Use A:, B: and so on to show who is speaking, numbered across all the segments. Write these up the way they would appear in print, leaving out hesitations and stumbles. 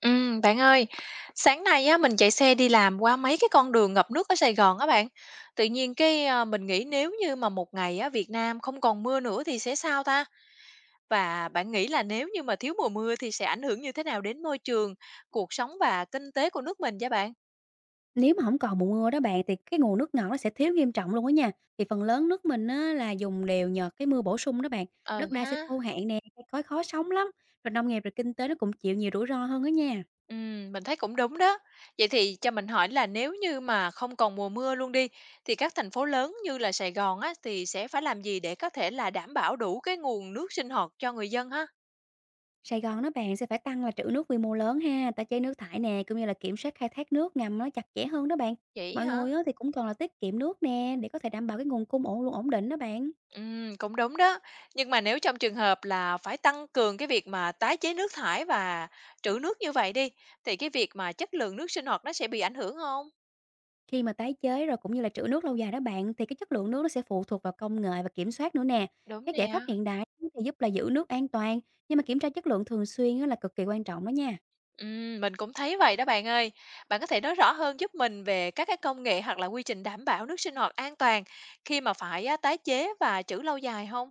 A: Ừ bạn ơi, sáng nay á mình chạy xe đi làm qua mấy cái con đường ngập nước ở Sài Gòn á bạn. Tự nhiên cái à, mình nghĩ nếu như mà một ngày á Việt Nam không còn mưa nữa thì sẽ sao ta? Và bạn nghĩ là nếu như mà thiếu mùa mưa thì sẽ ảnh hưởng như thế nào đến môi trường, cuộc sống và kinh tế của nước mình vậy bạn?
B: Nếu mà không còn mùa mưa đó bạn, thì cái nguồn nước ngọt nó sẽ thiếu nghiêm trọng luôn á nha. Thì phần lớn nước mình á là dùng đều nhờ cái mưa bổ sung đó bạn,
A: Ừ
B: đất đai
A: ha.
B: sẽ khô hạn nè, cây cối khó sống lắm, rồi nông nghiệp, rồi kinh tế nó cũng chịu nhiều rủi ro hơn đó nha.
A: Ừ, mình thấy cũng đúng đó. Vậy thì cho mình hỏi là nếu như mà không còn mùa mưa luôn đi thì các thành phố lớn như là Sài Gòn á thì sẽ phải làm gì để có thể là đảm bảo đủ cái nguồn nước sinh hoạt cho người dân ha?
B: Sài Gòn đó bạn sẽ phải tăng là trữ nước quy mô lớn ha, tái chế nước thải nè, cũng như là kiểm soát khai thác nước ngầm nó chặt chẽ hơn đó bạn.
A: Vậy
B: Mọi
A: hả?
B: người á thì cũng còn là tiết kiệm nước nè, để có thể đảm bảo cái nguồn cung ổn luôn ổn định đó bạn.
A: Cũng đúng đó. Nhưng mà nếu trong trường hợp là phải tăng cường cái việc mà tái chế nước thải và trữ nước như vậy đi, thì cái việc mà chất lượng nước sinh hoạt nó sẽ bị ảnh hưởng không?
B: Khi mà tái chế rồi cũng như là trữ nước lâu dài đó bạn, thì cái chất lượng nước nó sẽ phụ thuộc vào công nghệ và kiểm soát nữa nè.
A: Đúng
B: Các giải
A: nè.
B: pháp hiện đại thì giúp là giữ nước an toàn, nhưng mà kiểm tra chất lượng thường xuyên á là cực kỳ quan trọng đó nha.
A: Mình cũng thấy vậy đó bạn ơi. Bạn có thể nói rõ hơn giúp mình về các cái công nghệ hoặc là quy trình đảm bảo nước sinh hoạt an toàn khi mà phải, tái chế và trữ lâu dài không?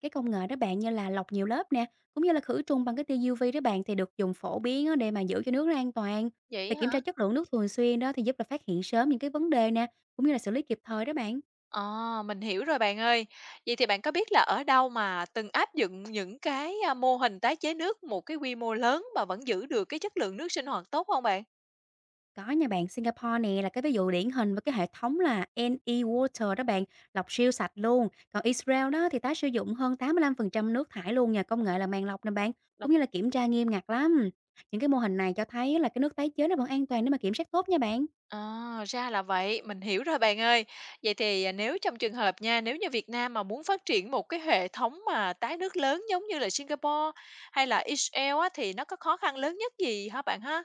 B: Cái công nghệ đó bạn như là lọc nhiều lớp nè, cũng như là khử trùng bằng cái tia UV đó bạn, thì được dùng phổ biến á để mà giữ cho nước nó an toàn.
A: Vậy
B: Thì
A: hả?
B: kiểm tra chất lượng nước thường xuyên đó thì giúp là phát hiện sớm những cái vấn đề nè, cũng như là xử lý kịp thời đó bạn.
A: Ờ, mình hiểu rồi bạn ơi. Vậy thì bạn có biết là ở đâu mà từng áp dụng những cái, mô hình tái chế nước một cái quy mô lớn mà vẫn giữ được cái chất lượng nước sinh hoạt tốt không bạn?
B: Có nha bạn, Singapore nè là cái ví dụ điển hình với cái hệ thống là NE Water đó bạn, lọc siêu sạch luôn. Còn Israel đó thì tái sử dụng hơn 85% nước thải luôn nhờ công nghệ là màng lọc nè bạn,
A: Đúng.
B: cũng như là kiểm tra nghiêm ngặt lắm. Những cái mô hình này cho thấy là cái nước tái chế nó vẫn an toàn nếu mà kiểm soát tốt nha bạn.
A: À, ra là vậy, mình hiểu rồi bạn ơi. Vậy thì, nếu trong trường hợp nha, nếu như Việt Nam mà muốn phát triển một cái hệ thống mà tái nước lớn giống như là Singapore hay là Israel á, thì nó có khó khăn lớn nhất gì hả bạn ha?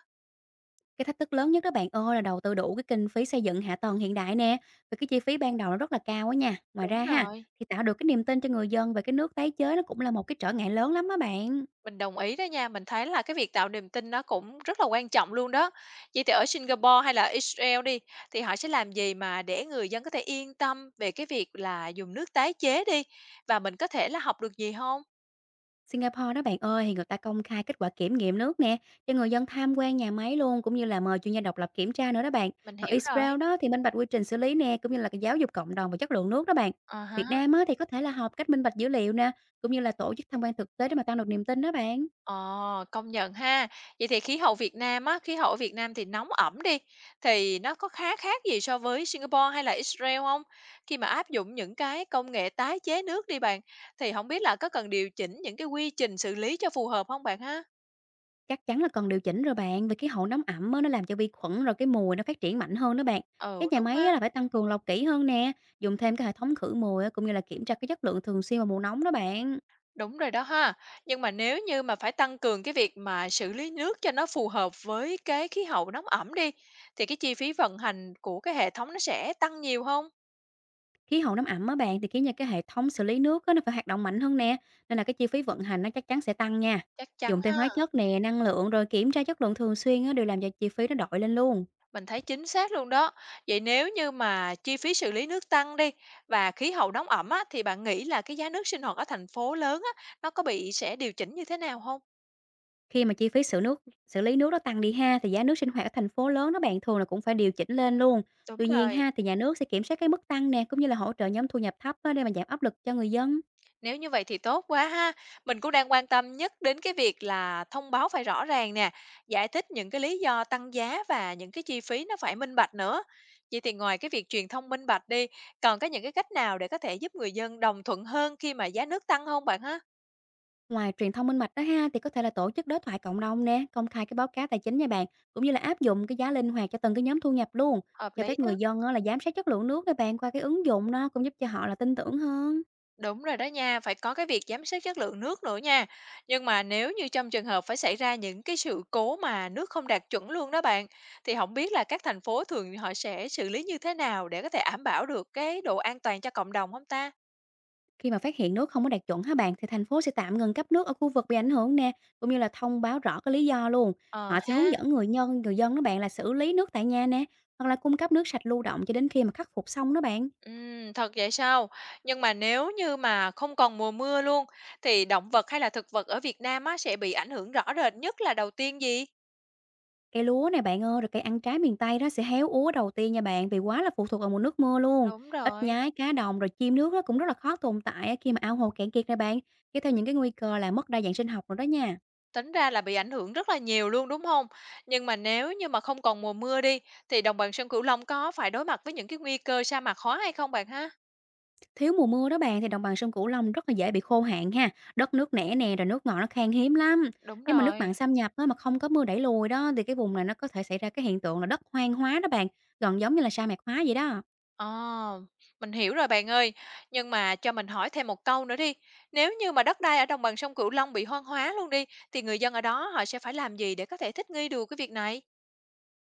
B: Cái thách thức lớn nhất đó bạn ơi là đầu tư đủ cái kinh phí xây dựng hạ tầng hiện đại nè, và cái chi phí ban đầu nó rất là cao á nha. Ngoài
A: Đúng
B: ra ha,
A: rồi.
B: thì tạo được cái niềm tin cho người dân về cái nước tái chế nó cũng là một cái trở ngại lớn lắm á bạn.
A: Mình đồng ý đó nha, mình thấy là cái việc tạo niềm tin nó cũng rất là quan trọng luôn đó. Vậy thì ở Singapore hay là Israel đi, thì họ sẽ làm gì mà để người dân có thể yên tâm về cái việc là dùng nước tái chế đi, và mình có thể là học được gì không?
B: Singapore đó bạn ơi, thì người ta công khai kết quả kiểm nghiệm nước nè, cho người dân tham quan nhà máy luôn, cũng như là mời chuyên gia độc lập kiểm tra nữa đó bạn.
A: Mình
B: Còn
A: hiểu rồi.
B: Israel đó thì minh bạch quy trình xử lý nè, cũng như là cái giáo dục cộng đồng và chất lượng nước đó bạn.
A: À há.
B: Việt Nam á, thì có thể là họp cách minh bạch dữ liệu nè, cũng như là tổ chức tham quan thực tế để mà tăng được niềm tin đó bạn.
A: Ờ, công nhận ha. Vậy thì khí hậu Việt Nam á, khí hậu ở Việt Nam thì nóng ẩm đi, thì nó có khá khác gì so với Singapore hay là Israel không? Khi mà áp dụng những cái công nghệ tái chế nước đi bạn, thì không biết là có cần điều chỉnh những cái quy trình xử lý cho phù hợp không bạn ha?
B: Chắc chắn là còn điều chỉnh rồi bạn, vì cái hậu nóng ẩm á, nó làm cho vi khuẩn rồi cái mùi nó phát triển mạnh hơn đó bạn.
A: Ừ,
B: Cái nhà
A: đúng
B: máy
A: ha,
B: á, là phải tăng cường lọc kỹ hơn nè, dùng thêm cái hệ thống khử mùi á, cũng như là kiểm tra cái chất lượng thường xuyên vào mùa nóng đó bạn.
A: đúng rồi đó ha. Nhưng mà nếu như mà phải tăng cường cái việc mà xử lý nước cho nó phù hợp với cái khí hậu nóng ẩm đi, thì cái chi phí vận hành của cái hệ thống nó sẽ tăng nhiều không?
B: Khí hậu nóng ẩm á bạn thì khiến cho cái hệ thống xử lý nước á, nó phải hoạt động mạnh hơn nè, nên là cái chi phí vận hành nó chắc chắn sẽ tăng nha.
A: Chắc chắn
B: Dùng thêm hóa
A: ha.
B: chất nè, năng lượng rồi kiểm tra chất lượng thường xuyên á, đều làm cho chi phí nó đội lên luôn.
A: Mình thấy chính xác luôn đó. Vậy nếu như mà chi phí xử lý nước tăng đi và khí hậu nóng ẩm á, thì bạn nghĩ là cái giá nước sinh hoạt ở thành phố lớn á, nó có bị sẽ điều chỉnh như thế nào không?
B: Khi mà chi phí xử lý nước nó tăng đi ha, thì giá nước sinh hoạt ở thành phố lớn đó bạn thường là cũng phải điều chỉnh lên luôn.
A: Đúng
B: Tuy nhiên
A: rồi.
B: ha, thì nhà nước sẽ kiểm soát cái mức tăng nè, cũng như là hỗ trợ nhóm thu nhập thấp á, để mà giảm áp lực cho người dân.
A: Nếu như vậy thì tốt quá ha. Mình cũng đang quan tâm nhất đến cái việc là thông báo phải rõ ràng nè, giải thích những cái lý do tăng giá và những cái chi phí nó phải minh bạch nữa. Vậy thì ngoài cái việc truyền thông minh bạch đi, còn có những cái cách nào để có thể giúp người dân đồng thuận hơn khi mà giá nước tăng không bạn ha?
B: Ngoài truyền thông minh bạch đó ha, thì có thể là tổ chức đối thoại cộng đồng nè, công khai cái báo cáo tài chính nha bạn, cũng như là áp dụng cái giá linh hoạt cho từng cái nhóm thu nhập luôn.
A: Hợp
B: Cho
A: lý
B: phép
A: đó.
B: người dân á, là giám sát chất lượng nước các bạn qua cái ứng dụng nó cũng giúp cho họ là tin tưởng hơn.
A: Đúng rồi đó nha, phải có cái việc giám sát chất lượng nước nữa nha. Nhưng mà nếu như trong trường hợp phải xảy ra những cái sự cố mà nước không đạt chuẩn luôn đó bạn, thì không biết là các thành phố thường họ sẽ xử lý như thế nào để có thể đảm bảo được cái độ an toàn cho cộng đồng không ta?
B: Khi mà phát hiện nước không có đạt chuẩn hả bạn, thì thành phố sẽ tạm ngừng cấp nước ở khu vực bị ảnh hưởng nè, cũng như là thông báo rõ cái lý do luôn.
A: Ờ
B: Họ sẽ hướng
A: ha.
B: dẫn người dân đó bạn là xử lý nước tại nhà nè, hoặc là cung cấp nước sạch lưu động cho đến khi mà khắc phục xong đó bạn.
A: Thật vậy sao? Nhưng mà nếu như mà không còn mùa mưa luôn thì động vật hay là thực vật ở Việt Nam á sẽ bị ảnh hưởng rõ rệt nhất là đầu tiên gì?
B: Cây lúa này bạn ơi, rồi cây ăn trái miền Tây đó sẽ héo úa đầu tiên nha bạn, vì quá là phụ thuộc vào nguồn nước mưa luôn.
A: Đúng
B: Ếch
A: rồi.
B: nhái, cá đồng rồi chim nước nó cũng rất là khó tồn tại á, khi mà ao hồ cạn kiệt này bạn, kéo theo những cái nguy cơ là mất đa dạng sinh học rồi đó nha.
A: Tính ra là bị ảnh hưởng rất là nhiều luôn, đúng không? Nhưng mà nếu như mà không còn mùa mưa đi, thì đồng bằng sông Cửu Long có phải đối mặt với những cái nguy cơ sa mạc hóa hay không bạn ha?
B: Thiếu mùa mưa đó bạn thì đồng bằng sông Cửu Long rất là dễ bị khô hạn ha, đất nước nẻ nè rồi nước ngọt nó khan hiếm lắm.
A: Đúng
B: Nếu mà nước mặn
A: rồi.
B: xâm nhập á, mà không có mưa đẩy lùi đó, thì cái vùng này nó có thể xảy ra cái hiện tượng là đất hoang hóa đó bạn, gần giống như là sa mạc hóa vậy đó.
A: Ờ, mình hiểu rồi bạn ơi. Nhưng mà cho mình hỏi thêm một câu nữa đi. Nếu như mà đất đai ở đồng bằng sông Cửu Long bị hoang hóa luôn đi, thì người dân ở đó họ sẽ phải làm gì để có thể thích nghi được cái việc này?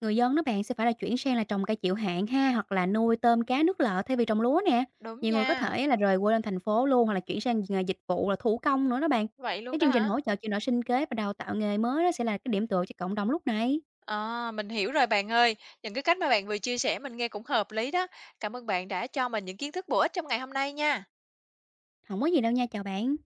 B: Người dân đó bạn sẽ phải là chuyển sang là trồng cây chịu hạn ha, hoặc là nuôi tôm cá nước lợ thay vì trồng lúa nè.
A: Đúng
B: Nhiều người có
A: nha,
B: thể là rời quê lên thành phố luôn, hoặc là chuyển sang nghề dịch vụ là thủ công nữa đó bạn.
A: vậy luôn
B: Cái
A: đó
B: chương trình
A: hả?
B: hỗ trợ chuyển đổi sinh kế và đào tạo nghề mới đó sẽ là cái điểm tựa cho cộng đồng lúc này.
A: Ờ, mình hiểu rồi bạn ơi. Những cái cách mà bạn vừa chia sẻ mình nghe cũng hợp lý đó. Cảm ơn bạn đã cho mình những kiến thức bổ ích trong ngày hôm nay nha.
B: Không có gì đâu nha, chào bạn.